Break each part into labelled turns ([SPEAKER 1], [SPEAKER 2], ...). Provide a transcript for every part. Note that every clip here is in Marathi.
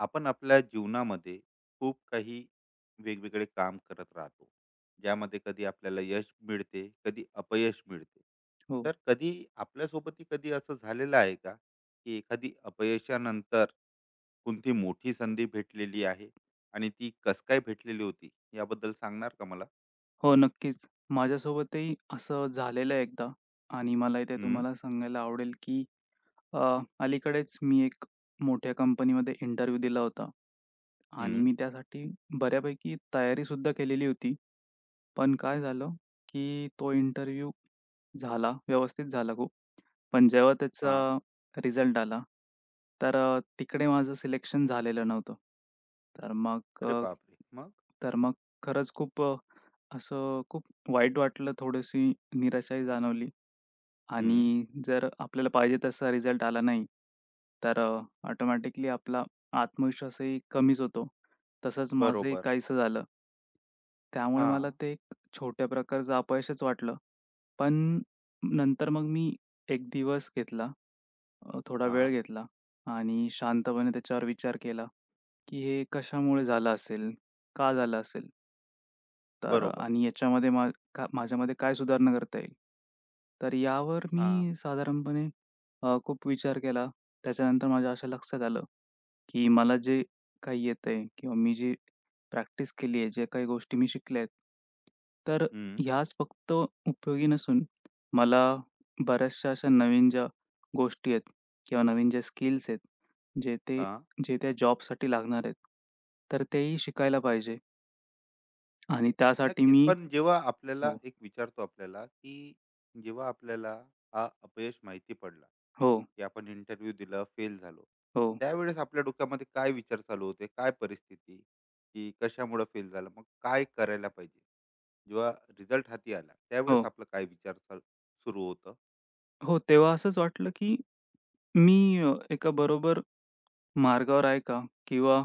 [SPEAKER 1] आपण आपल्या जीवनामध्ये खूप काही वेगवेगळे काम करत राहतो, ज्यामध्ये कधी आपल्याला यश मिळते कधी अपयश मिळते.
[SPEAKER 2] हो.
[SPEAKER 1] तर कधी आपल्यासोबतही कधी असं झालेलं आहे का, की एखादी अपयशानंतर कोणती मोठी संधी भेटलेली आहे आणि ती कस काय भेटलेली होती याबद्दल सांगणार का मला.
[SPEAKER 2] हो, नक्कीच. माझ्यासोबतही असं झालेलं आहे एकदा आणि मला इथे
[SPEAKER 1] हम्म.
[SPEAKER 2] तुम्हाला सांगायला आवडेल, की अ, अलीकडेच मी एक मोठ्या कंपनीमध्ये इंटरव्ह्यू दिला होता आणि
[SPEAKER 1] हम्म.
[SPEAKER 2] मी त्यासाठी बऱ्यापैकी तयारीसुद्धा केलेली होती. पण काय झालं, की तो इंटरव्ह्यू झाला, व्यवस्थित झाला खूप. पण जेव्हा त्याचा
[SPEAKER 1] हा.
[SPEAKER 2] रिझल्ट आला, तर तिकडे माझं सिलेक्शन झालेलं नव्हतं. तर मग
[SPEAKER 1] अरे
[SPEAKER 2] अ,
[SPEAKER 1] बापरे, मग.
[SPEAKER 2] तर मग खरंच खूप असं खूप वाईट वाटलं, थोडीशी निराशाही जाणवली
[SPEAKER 1] हम्म.
[SPEAKER 2] आणि जर आपल्याला पाहिजे तसा रिझल्ट आला नाही, तर ऑटोमॅटिकली आपला आत्मविश्वासही कमीच होतो. तसंच माझंही
[SPEAKER 1] बरोबर.
[SPEAKER 2] काहीसं झालं. त्यामुळे
[SPEAKER 1] हा.
[SPEAKER 2] मला ते एक छोट्या प्रकारचं अपयशच वाटलं. पण नंतर मग मी 1 दिवस घेतला, थोडा वेळ
[SPEAKER 1] हा.
[SPEAKER 2] घेतला आणि शांतपणे त्याच्यावर विचार केला, की हे कशामुळे झालं असेल? का झालं असेल? तर
[SPEAKER 1] बरोबर.
[SPEAKER 2] आणि याच्यामध्ये मा का माझ्यामध्ये काय सुधारणा करता येईल? तर यावर
[SPEAKER 1] हा.
[SPEAKER 2] मी साधारणपणे खूप विचार केला. त्याच्यानंतर माझ्या अशा लक्षात आलं, की मला जे काही येतंय किंवा मी जी प्रॅक्टिस केली आहे, जे काही गोष्टी मी शिकल्या आहेत, तर
[SPEAKER 1] हम्म.
[SPEAKER 2] ह्याच फक्त उपयोगी नसून मला बऱ्याचशा अशा नवीन ज्या गोष्टी आहेत किंवा नवीन ज्या स्किल्स आहेत, जे ते
[SPEAKER 1] हा.
[SPEAKER 2] जे त्या जॉबसाठी लागणार आहेत, तर तेही शिकायला पाहिजे आणि त्यासाठी
[SPEAKER 1] नक्कीच.
[SPEAKER 2] मी
[SPEAKER 1] पण जेव्हा आपल्याला
[SPEAKER 2] हो.
[SPEAKER 1] एक विचारतो आपल्याला, की जेव्हा आपल्याला हा अपयश माहिती पडला,
[SPEAKER 2] हो,
[SPEAKER 1] की आपण इंटरव्ह्यू दिला, फेल झालो.
[SPEAKER 2] हो,
[SPEAKER 1] त्यावेळेस आपल्या डोक्यामध्ये काय विचार चालू होते? काय परिस्थिती? की कशामुळं फेल झालं? मग काय करायला पाहिजे? जेव्हा रिझल्ट हाती आला, त्यावेळेस
[SPEAKER 2] हो.
[SPEAKER 1] आपलं काय विचार चाल सुरू होतं?
[SPEAKER 2] हो, तेव्हा असंच वाटलं, की मी एका बरोबर मार्गावर आहे का? किंवा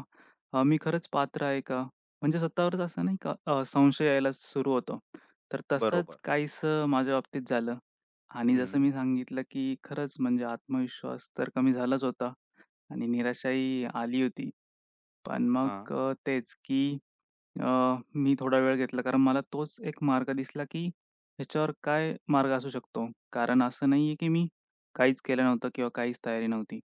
[SPEAKER 2] मी खरंच पात्र आहे का? म्हणजे स्वतःवरच असं नाही का संशय यायला सुरू होतो. तर तसंच
[SPEAKER 1] बरोबर.
[SPEAKER 2] काहीसं माझ्या बाबतीत झालं आणि जसं
[SPEAKER 1] हं.
[SPEAKER 2] मी सांगितलं, की खरंच म्हणजे आत्मविश्वास तर कमी झालाच होता आणि निराशाही आली होती. पण मग
[SPEAKER 1] हां.
[SPEAKER 2] तेच की अ, मी थोडा वेळ घेतला कारण मला तोच एक मार्ग दिसला, की ह्याच्यावर काय मार्ग असू शकतो. कारण असं नाहीये, की मी काहीच केलं नव्हतं किंवा काहीच तयारी नव्हती.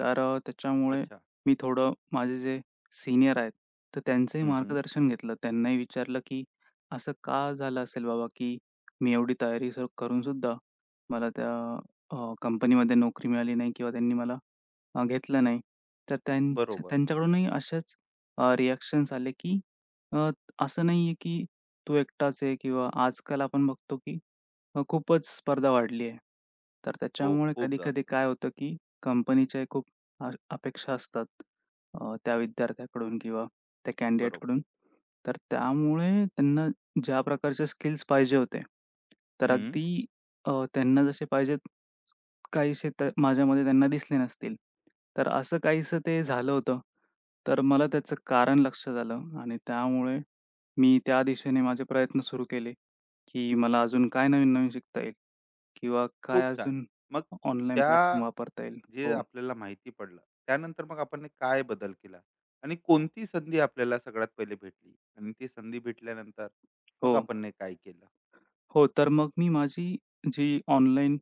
[SPEAKER 2] तर त्याच्यामुळे
[SPEAKER 1] अच्छा.
[SPEAKER 2] मी थोडं माझे जे सीनियर आहेत, तर त्यांचंही
[SPEAKER 1] हं, हं.
[SPEAKER 2] मार्गदर्शन घेतलं. त्यांनाही विचारलं, की असं का झालं असेल बाबा, की मी एवढी तयारी सर करून सुद्धा मला त्या कंपनीमध्ये नोकरी मिळाली नाही किंवा त्यांनी मला घेतलं नाही. तर त्यांच्या
[SPEAKER 1] बरोबर.
[SPEAKER 2] त्यांच्याकडूनही असेच अ, आले, की अ, असं नाहीये की तो एकटाच आहे किंवा आजकाल आपण बघतो की खूपच स्पर्धा वाढली आहे. तर
[SPEAKER 1] हो,
[SPEAKER 2] त्याच्यामुळे
[SPEAKER 1] खूप
[SPEAKER 2] कधी-कधी
[SPEAKER 1] जास्त.
[SPEAKER 2] काय होतं, की कंपनीच्या खूप अपेक्षा असतात त्या विद्यार्थ्याकडून किंवा त्या
[SPEAKER 1] बरोबर.
[SPEAKER 2] कॅन्डिडेटकडून. तर त्यामुळे त्यांना ज्या प्रकारचे स्किल्स पाहिजे होते, तर
[SPEAKER 1] हं.
[SPEAKER 2] अगदी त्यांना जसे पाहिजेत काहीसे तर माझ्यामध्ये त्यांना दिसले नसतील. तर असं काहीसं ते
[SPEAKER 1] अच्छा.
[SPEAKER 2] झालं होतं. तर मला त्याचं कारण लक्षात आलं आणि त्यामुळे मी त्या दिशेने माझे प्रयत्न सुरू केले. की मला अजून काय नवीन-नवीन शिकता येईल किंवा काय
[SPEAKER 1] खूप छान.
[SPEAKER 2] अजून
[SPEAKER 1] मग
[SPEAKER 2] ऑनलाईन
[SPEAKER 1] त्या
[SPEAKER 2] प्लॅटफॉर्म वापरता येईल.
[SPEAKER 1] जे
[SPEAKER 2] हो,
[SPEAKER 1] आपल्याला माहिती पडलं, त्यानंतर मग आपण काय बदल केला आणि कोणती संधी आपल्याला सगळ्यात पहिले भेटली आणि ती संधी भेटल्यानंतर
[SPEAKER 2] हो,
[SPEAKER 1] मग आपण काय केलं.
[SPEAKER 2] हो. तर मग मी माझी जी ऑनलाईन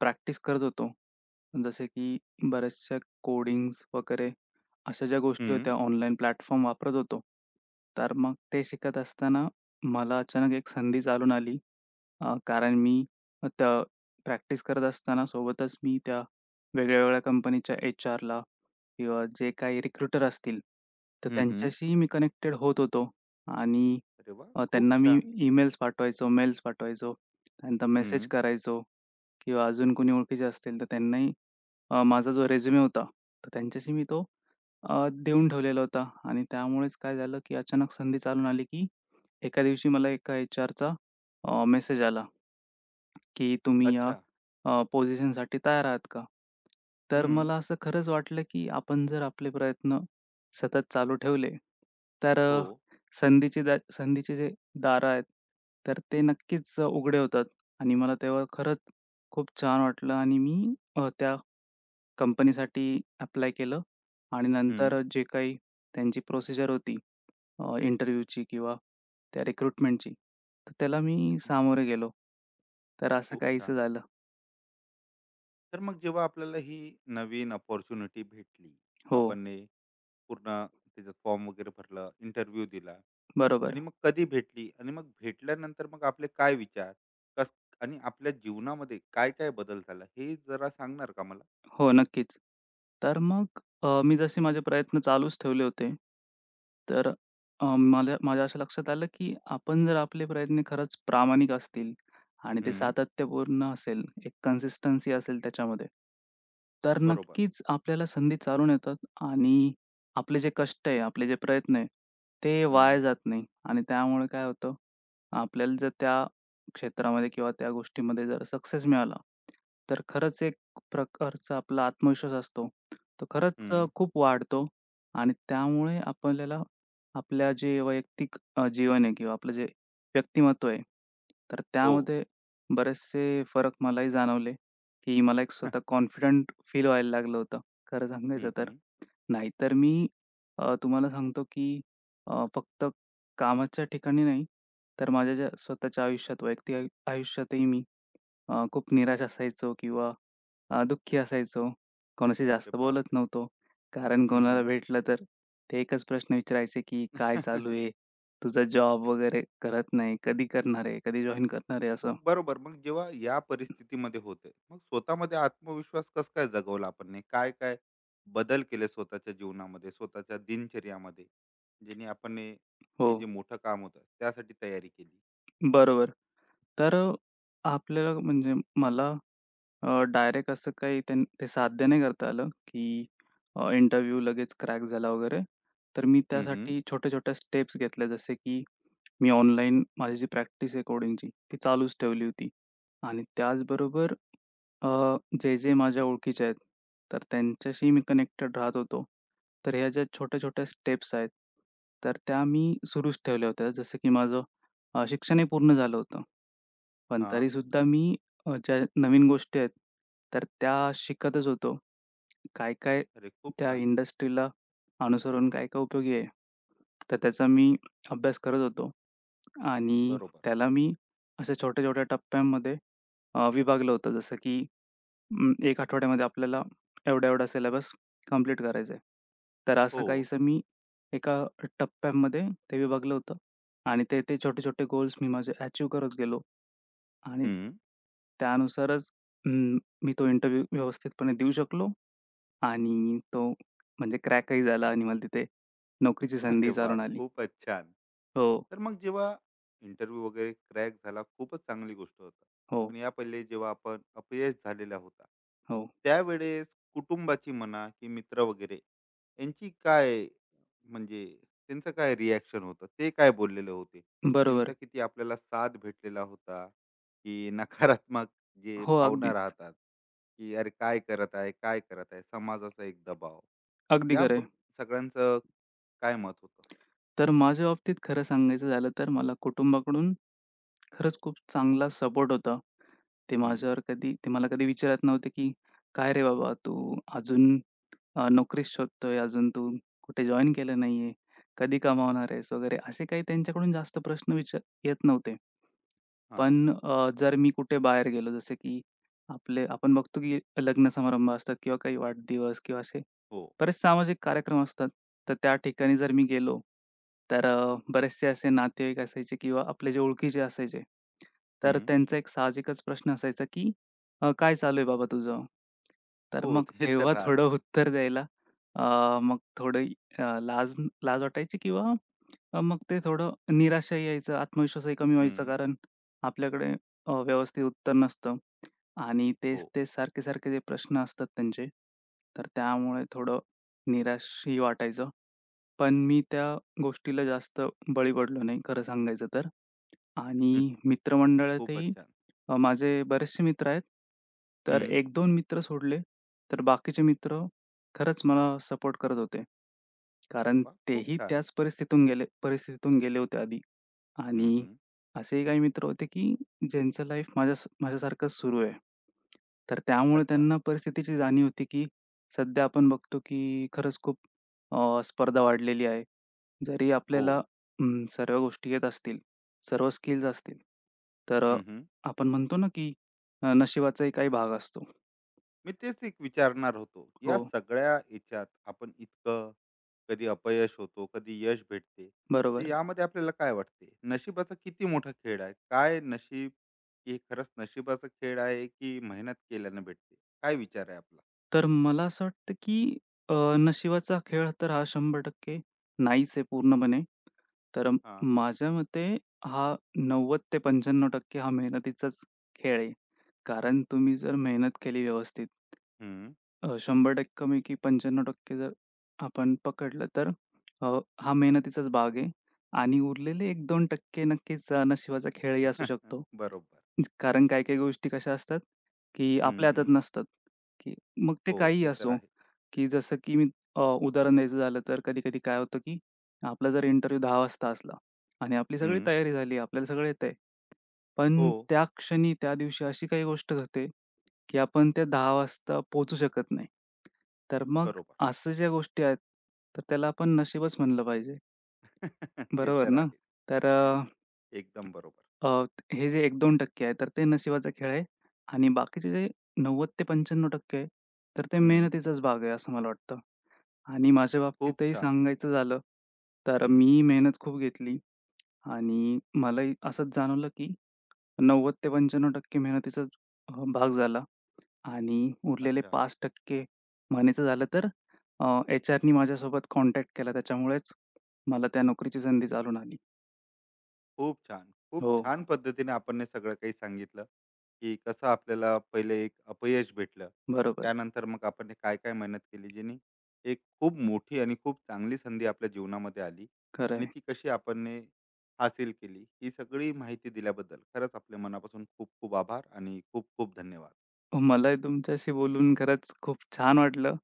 [SPEAKER 2] प्रॅक्टिस करत होतो. जसे की बऱ्याचशा कोडिंग्स वगैरे अशा ज्या गोष्टी
[SPEAKER 1] हम्म.
[SPEAKER 2] होत्या ऑनलाईन प्लॅटफॉर्म वापरत होतो. तर मग ते शिकत असताना मला अचानक एक संधी चालून आली. कारण मी त्या प्रॅक्टिस करत असताना सोबतच मी त्या वेगळ्या-वेगळ्या कंपनीच्या एच आरला किंवा जे काही रिक्रुटर असतील, तर
[SPEAKER 1] हम्म. हम्म.
[SPEAKER 2] त्यांच्याशीही मी कनेक्टेड होत होतो आणि
[SPEAKER 1] अरे वा. खूप
[SPEAKER 2] त्यांना मी
[SPEAKER 1] छान.
[SPEAKER 2] ईमेल्स पाठवायचो, मेल्स पाठवायचो, त्यांना मेसेज
[SPEAKER 1] हम्म.
[SPEAKER 2] करायचो किंवा अजून कोणी ओळखीचे असतील तर त्यांनाही माझा जो रिझ्यूमे होता, तर त्यांच्याशी मी तो देऊन ठेवलेला होता आणि त्यामुळेच काय झालं, की अचानक संधी चालून आली, की एका दिवशी मला एका एचआरचा मेसेज आला. की तुम्ही या
[SPEAKER 1] अच्छा.
[SPEAKER 2] पोझिशनसाठी तयार आहात का? तर
[SPEAKER 1] हम्म.
[SPEAKER 2] मला असं खरंच वाटलं, की आपण जर आपले प्रयत्न सतत चालू ठेवले, तर
[SPEAKER 1] हो.
[SPEAKER 2] संधीचे जे दारं आहेत, तर ते नक्कीच उघडे होतात आणि मला तेव्हा खरंच खूप छान वाटलं आणि मी त्या कंपनीसाठी अप्लाय केलं आणि
[SPEAKER 1] हम्म.
[SPEAKER 2] नंतर जे काही त्यांची प्रोसिजर होती इंटरव्ह्यूची किंवा त्या रिक्रुटमेंटची, तर त्याला मी सामोरे गेलो. तर असं
[SPEAKER 1] खूप
[SPEAKER 2] काहीसं
[SPEAKER 1] छान.
[SPEAKER 2] झालं.
[SPEAKER 1] तर मग जेव्हा आपल्याला ही नवीन अपॉर्च्युनिटी भेटली,
[SPEAKER 2] हो,
[SPEAKER 1] आपण ने पूर्ण त्याच्यात फॉर्म वगैरे भरलं, इंटरव्ह्यू दिला आणि
[SPEAKER 2] बरोबर.
[SPEAKER 1] मग कधी भेटली आणि मग भेटल्यानंतर मग आपले काय विचार कस आणि आपल्या जीवनामध्ये काय काय बदल झाला हे जरा सांगणार का मला.
[SPEAKER 2] हो, नक्कीच. तर मग मी जसे माझे प्रयत्न चालूच ठेवले होते. तर मला माझ्या असं लक्षात आलं, की आपण जर आपले प्रयत्न खरंच प्रामाणिक असतील आणि ते
[SPEAKER 1] हम्म.
[SPEAKER 2] सातत्यपूर्ण असेल, एक कन्सिस्टन्सी असेल त्याच्यामध्ये, तर
[SPEAKER 1] बरोबर.
[SPEAKER 2] नक्कीच आपल्याला संधी चालून येतात आणि आपले जे कष्ट आहे, आपले जे प्रयत्न आहे, ते वाया
[SPEAKER 1] हम्म.
[SPEAKER 2] जात नाही आणि त्यामुळे काय होतं, आपल्याला जर त्या क्षेत्रामध्ये किंवा त्या गोष्टीमध्ये जर सक्सेस मिळाला, तर खरंच प्रकारचा आपला आत्मविश्वास असतो, तो खरंच
[SPEAKER 1] हम्म.
[SPEAKER 2] खूप वाढतो आणि त्यामुळे आपल्याला आपल्या जे वैयक्तिक जीवन आहे किंवा आपलं जे व्यक्तिमत्व आहे, तर
[SPEAKER 1] हो.
[SPEAKER 2] त्यामध्ये बरेचसे फरक मलाही जाणवले, की मला एक स्वतः कॉन्फिडंट फील व्हायला लागलं होतं, खरं
[SPEAKER 1] हम्म.
[SPEAKER 2] सांगायचं तर.
[SPEAKER 1] हम्म.
[SPEAKER 2] नाहीतर मी तुम्हाला सांगतो, की फक्त कामाच्या ठिकाणी नाही, तर माझ्या ज्या स्वतःच्या आयुष्यात, वैयक्तिक आयुष्यातही मी खूप निराश असायचो किंवा दुःखी असायचो. कोणाशी
[SPEAKER 1] अरे
[SPEAKER 2] जास्त बोलत
[SPEAKER 1] बापरे.
[SPEAKER 2] नव्हतो. कारण
[SPEAKER 1] हम्म.
[SPEAKER 2] कोणाला
[SPEAKER 1] हम्म.
[SPEAKER 2] भेटलं तर ते एकच प्रश्न विचारायचे, की "काय चालू आहे? तुझा जॉब वगैरे करत नाही. कधी करणार आहे? कधी जॉइन करणार आहे?" असं.
[SPEAKER 1] मग बरोबर, मग जेव्हा या परिस्थितीमध्ये होते, मग स्वतःमध्ये आत्मविश्वास कस काय जगवला आपण ने? काय काय बदल केले स्वतःच्या जीवनामध्ये, स्वतःच्या दिनचर्यामध्ये, ज्याने आपण ने
[SPEAKER 2] हो,
[SPEAKER 1] हे जे मोठं काम होतं त्यासाठी तयारी केली.
[SPEAKER 2] बरोबर. तर आपल्याला म्हणजे मला डायरेक्ट असं काही ते साध्य नाही करता आलं, की इंटरव्ह्यू लगेच क्रॅक झाला वगैरे. तर मी
[SPEAKER 1] हम्म. हम्म.
[SPEAKER 2] त्यासाठी छोट्या-छोट्या स्टेप्स घेतल्या, जसे की मी ऑनलाईन माझी जी प्रॅक्टिस आहे कोडिंगची, ती चालूच ठेवली होती आणि त्याचबरोबर अ, जे माझ्या ओळखीचे आहेत, तर त्यांच्याशी मी कनेक्टेड राहत होतो. तर ह्या ज्या छोट्या-छोट्या स्टेप्स आहेत, तर त्या मी सुरूच ठेवल्या होत्या. जसं की माझं शिक्षणही पूर्ण झालं होतं. पण
[SPEAKER 1] हा.
[SPEAKER 2] तरीसुद्धा मी ज्या नवीन गोष्टी आहेत, तर त्या शिकतच होतो. काय-काय
[SPEAKER 1] अरे खूप
[SPEAKER 2] त्या
[SPEAKER 1] छान.
[SPEAKER 2] इंडस्ट्रीला अनुसरून काय-काय उपयोगी आहे. तर त्याचा मी अभ्यास करत होतो आणि
[SPEAKER 1] बरोबर.
[SPEAKER 2] त्याला मी अशा छोट्या-छोट्या टप्प्यांमध्ये विभागलं होतं. जसं की 1 आठवड्यामध्ये आपल्याला एवढा-एवढा सिलेबस कंप्लीट करायचा आहे. तर असं
[SPEAKER 1] हो.
[SPEAKER 2] काहीसं मी एका टप्प्यामध्ये ते विभागलं होतं आणि ते ते छोटे-छोटे गोल्स मी माझे अचीव्ह करत गेलो आणि
[SPEAKER 1] हं.
[SPEAKER 2] त्यानुसारच अं, मी तो इंटरव्ह्यू व्यवस्थितपणे देऊ शकलो आणि तो म्हणजे क्रॅकही झाला आणि मला तिथे नोकरीची
[SPEAKER 1] अरे
[SPEAKER 2] संधी
[SPEAKER 1] वाह!
[SPEAKER 2] चालून आली.
[SPEAKER 1] खूपच छान.
[SPEAKER 2] हो,
[SPEAKER 1] तर मग जेव्हा इंटरव्ह्यू वगैरे क्रॅक झाला, खूपच चांगली गोष्ट होती.
[SPEAKER 2] हो,
[SPEAKER 1] पण या पहिले जेव्हा आपण अपयश झालेला होता,
[SPEAKER 2] हो.
[SPEAKER 1] त्यावेळेस कुटुंबाची म्हणा की मित्र वगैरे, यांची काय, म्हणजे त्यांचं काय रिएक्शन होतं? ते काय बोललेले होते? त्यांचा
[SPEAKER 2] बरोबर.
[SPEAKER 1] किती आपल्याला साथ भेटलेला होता, की नकारात्मक जे
[SPEAKER 2] हो,
[SPEAKER 1] भावना
[SPEAKER 2] अगदीच.
[SPEAKER 1] राहतात, की "अरे काय करत आहे? काय करत आहे?" समाजाचा एक दबाव.
[SPEAKER 2] अगदी
[SPEAKER 1] या
[SPEAKER 2] खरं
[SPEAKER 1] ब
[SPEAKER 2] आहे.
[SPEAKER 1] सगळ्यांचं काय मत होतं?
[SPEAKER 2] तर माझ्या बाबतीत खरं सांगायचं झालं तर मला कुटुंबाकडून खरंच खूप चांगला सपोर्ट होता. ते
[SPEAKER 1] हं.
[SPEAKER 2] माझ्यावर कधी ते मला कधी विचारत नव्हते, की "काय रे बाबा तू अजून नोकरीच शोधतोय, अजून तू कुठे जॉइन केलं नाहीये, कधी कमावणार आहेस?" वगैरे असे काही त्यांच्याकडून जास्त प्रश्न विचार येत नव्हते.
[SPEAKER 1] हां.
[SPEAKER 2] पण जर मी कुठे बाहेर गेलो जसे की आपले आपण बघतो, की लग्न समारंभ असतात किंवा काही वाढदिवस किंवा असे
[SPEAKER 1] हो.
[SPEAKER 2] बरेच सामाजिक कार्यक्रम असतात. तर त्या ठिकाणी जर मी गेलो, तर बरेचसे असे नातेवाईक असायचे किंवा आपले जे ओळखीचे असायचे.
[SPEAKER 1] हं.
[SPEAKER 2] तर त्यांचा एक साहजिकच प्रश्न असायचा, की काय चालू आहे बाबा तुझं?" तर
[SPEAKER 1] हो.
[SPEAKER 2] मग
[SPEAKER 1] ते तर
[SPEAKER 2] तेव्हा थोडं
[SPEAKER 1] राहतेच.
[SPEAKER 2] उत्तर द्यायला अ, मग थोडी लाज लाज वाटायची किंवा मग ते थोडं निराशाही यायचं, आत्मविश्वासही कमी व्हायचा.
[SPEAKER 1] हं.
[SPEAKER 2] कारण आपल्याकडे व्यवस्थित उत्तर नसतं आणि
[SPEAKER 1] हो.
[SPEAKER 2] तेच-तेच सारखे-सारखे जे प्रश्न असतात त्यांचे, तर त्यामुळे थोडं निराशही वाटायचं. पण मी त्या गोष्टीला जास्त बळी पडलो नाही खरं सांगायचं तर.
[SPEAKER 1] हं.
[SPEAKER 2] आणि
[SPEAKER 1] खूपच
[SPEAKER 2] मित्रमंडळातही
[SPEAKER 1] छान.
[SPEAKER 2] माझे बरेचसे मित्र आहेत. तर
[SPEAKER 1] हं.
[SPEAKER 2] 1-2 मित्र सोडले, तर बाकीचे मित्र खरंच मला सपोर्ट करत होते.
[SPEAKER 1] अरे
[SPEAKER 2] कारण
[SPEAKER 1] वाह! खूप
[SPEAKER 2] तेही
[SPEAKER 1] छान.
[SPEAKER 2] त्याच परिस्थितीतून गेले परिस्थितीतून गेले होते आधी.
[SPEAKER 1] हं,
[SPEAKER 2] आणि
[SPEAKER 1] हं.
[SPEAKER 2] असेही काही मित्र होते, की ज्यांचं लाईफ माझ्यासारखंच सुरू आहे. तर त्यामुळे
[SPEAKER 1] अच्छा.
[SPEAKER 2] त्यांना परिस्थितीची जाणीव होती, की सध्या आपण बघतो, की खरंच खूप स्पर्धा वाढलेली आहे. जरी
[SPEAKER 1] हो.
[SPEAKER 2] आपल्याला सर्व गोष्टी येत असतील, सर्व स्किल्स असतील, तर
[SPEAKER 1] हं, हं.
[SPEAKER 2] आपण म्हणतो ना, की नशिबाचाही काही भाग असतो.
[SPEAKER 1] मी तेच एक विचारणार होतो. या
[SPEAKER 2] हो,
[SPEAKER 1] सगळ्या ह्याच्यात आपण इतकं कधी अपयश होतो, कधी यश भेटते. तर
[SPEAKER 2] बरोबर.
[SPEAKER 1] यामध्ये आपल्याला काय वाटते? नशिबाचा किती मोठा खेळ आहे? काय नशीब, हे खरंच नशिबाचा खेळ आहे, की मेहनत केल्यानं भेटते? काय विचार आहे आपला?
[SPEAKER 2] तर मला असं वाटतं, की नशिबाचा खेळ तर हा 100% नाहीच आहे पूर्णपणे. तर म-
[SPEAKER 1] हां.
[SPEAKER 2] माझ्या मते हा 90 ते 95% हा मेहनतीचाच खेळ आहे. कारण तुम्ही जर मेहनत केली व्यवस्थित,
[SPEAKER 1] हं.
[SPEAKER 2] 100% मी की 95 टक्के जर आपण पकडलं तर हा मेहनतीचाच भाग आहे आणि उरलेले 1-2 टक्के नक्कीच नशिबाचा खेळही असू शकतो.
[SPEAKER 1] बरोबर.
[SPEAKER 2] कारण काही-काही गोष्टी कशा असतात, की
[SPEAKER 1] हं,
[SPEAKER 2] आपल्या हातात
[SPEAKER 1] हं.
[SPEAKER 2] नसतात, की मग ते
[SPEAKER 1] हो,
[SPEAKER 2] काहीही
[SPEAKER 1] ते तर
[SPEAKER 2] असो,
[SPEAKER 1] आहे.
[SPEAKER 2] की जसं की मी उदाहरण द्यायचं झालं तर कधी-कधी काय होतं, की आपला जर इंटरव्ह्यू 10:00 वाजता असला आणि आपली सगळी
[SPEAKER 1] हं.
[SPEAKER 2] तयारी झाली, आपल्याला सगळं येतंय.
[SPEAKER 1] हो,
[SPEAKER 2] पण त्या क्षणी, त्या दिवशी अशी काही गोष्ट घडते, की आपण त्या 10 वाजता पोहोचू शकत नाही. तर मग
[SPEAKER 1] बरोबर.
[SPEAKER 2] असं ज्या गोष्टी आहेत, तर त्याला आपण नशीबच म्हणलं पाहिजे.
[SPEAKER 1] ते
[SPEAKER 2] बरोबर
[SPEAKER 1] तर
[SPEAKER 2] ना?
[SPEAKER 1] आहे.
[SPEAKER 2] तर अ,
[SPEAKER 1] एकदम बरोबर.
[SPEAKER 2] अ, हे जे 1-2% आहे, तर ते नशिबाचा खेळ आहे आणि बाकीचे जे 90 ते 95% आहे, तर ते
[SPEAKER 1] हं.
[SPEAKER 2] मेहनतीचाच भाग आहे असं मला वाटतं. आणि माझ्या
[SPEAKER 1] खूप
[SPEAKER 2] बाबतीतही
[SPEAKER 1] छान.
[SPEAKER 2] सांगायचं झालं, तर
[SPEAKER 1] हं.
[SPEAKER 2] मी मेहनत खूप घेतली आणि मलाही असंच जाणवलं, की 90% ते 95 टक्के मेहनतीचाच भाग झाला आणि उरलेले
[SPEAKER 1] अच्छा.
[SPEAKER 2] 5 टक्के म्हणायचं झालं तर एचआरनी माझ्यासोबत कॉन्टॅक्ट केला त्याच्यामुळेच मला त्या नोकरीची संधी चालून आली.
[SPEAKER 1] खूप छान. खूप
[SPEAKER 2] हो,
[SPEAKER 1] छान पद्धतीने आपण हे सगळं काही सांगितलं, की कसं आपल्याला पहिले एक अपयश भेटलं.
[SPEAKER 2] बरोबर.
[SPEAKER 1] त्यानंतर मग आपण हे काय-काय मेहनत केली, जेणे एक खूप मोठी आणि खूप चांगली संधी आपल्या जीवनामध्ये आली
[SPEAKER 2] खरं
[SPEAKER 1] आणि
[SPEAKER 2] आहे.
[SPEAKER 1] ती कशी आपण हे हासिल केली. ही सगळी माहिती दिल्याबद्दल खरंच आपल्या मनापासून खूप खूप आभार आणि खूप खूप धन्यवाद.
[SPEAKER 2] मलाही तुमच्याशी बोलून खरंच खूप छान वाटलं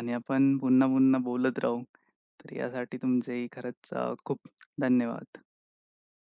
[SPEAKER 2] आणि आपण पुन्हा-पुन्हा बोलत राहू. तर यासाठी तुमचेही खरंच खूप धन्यवाद.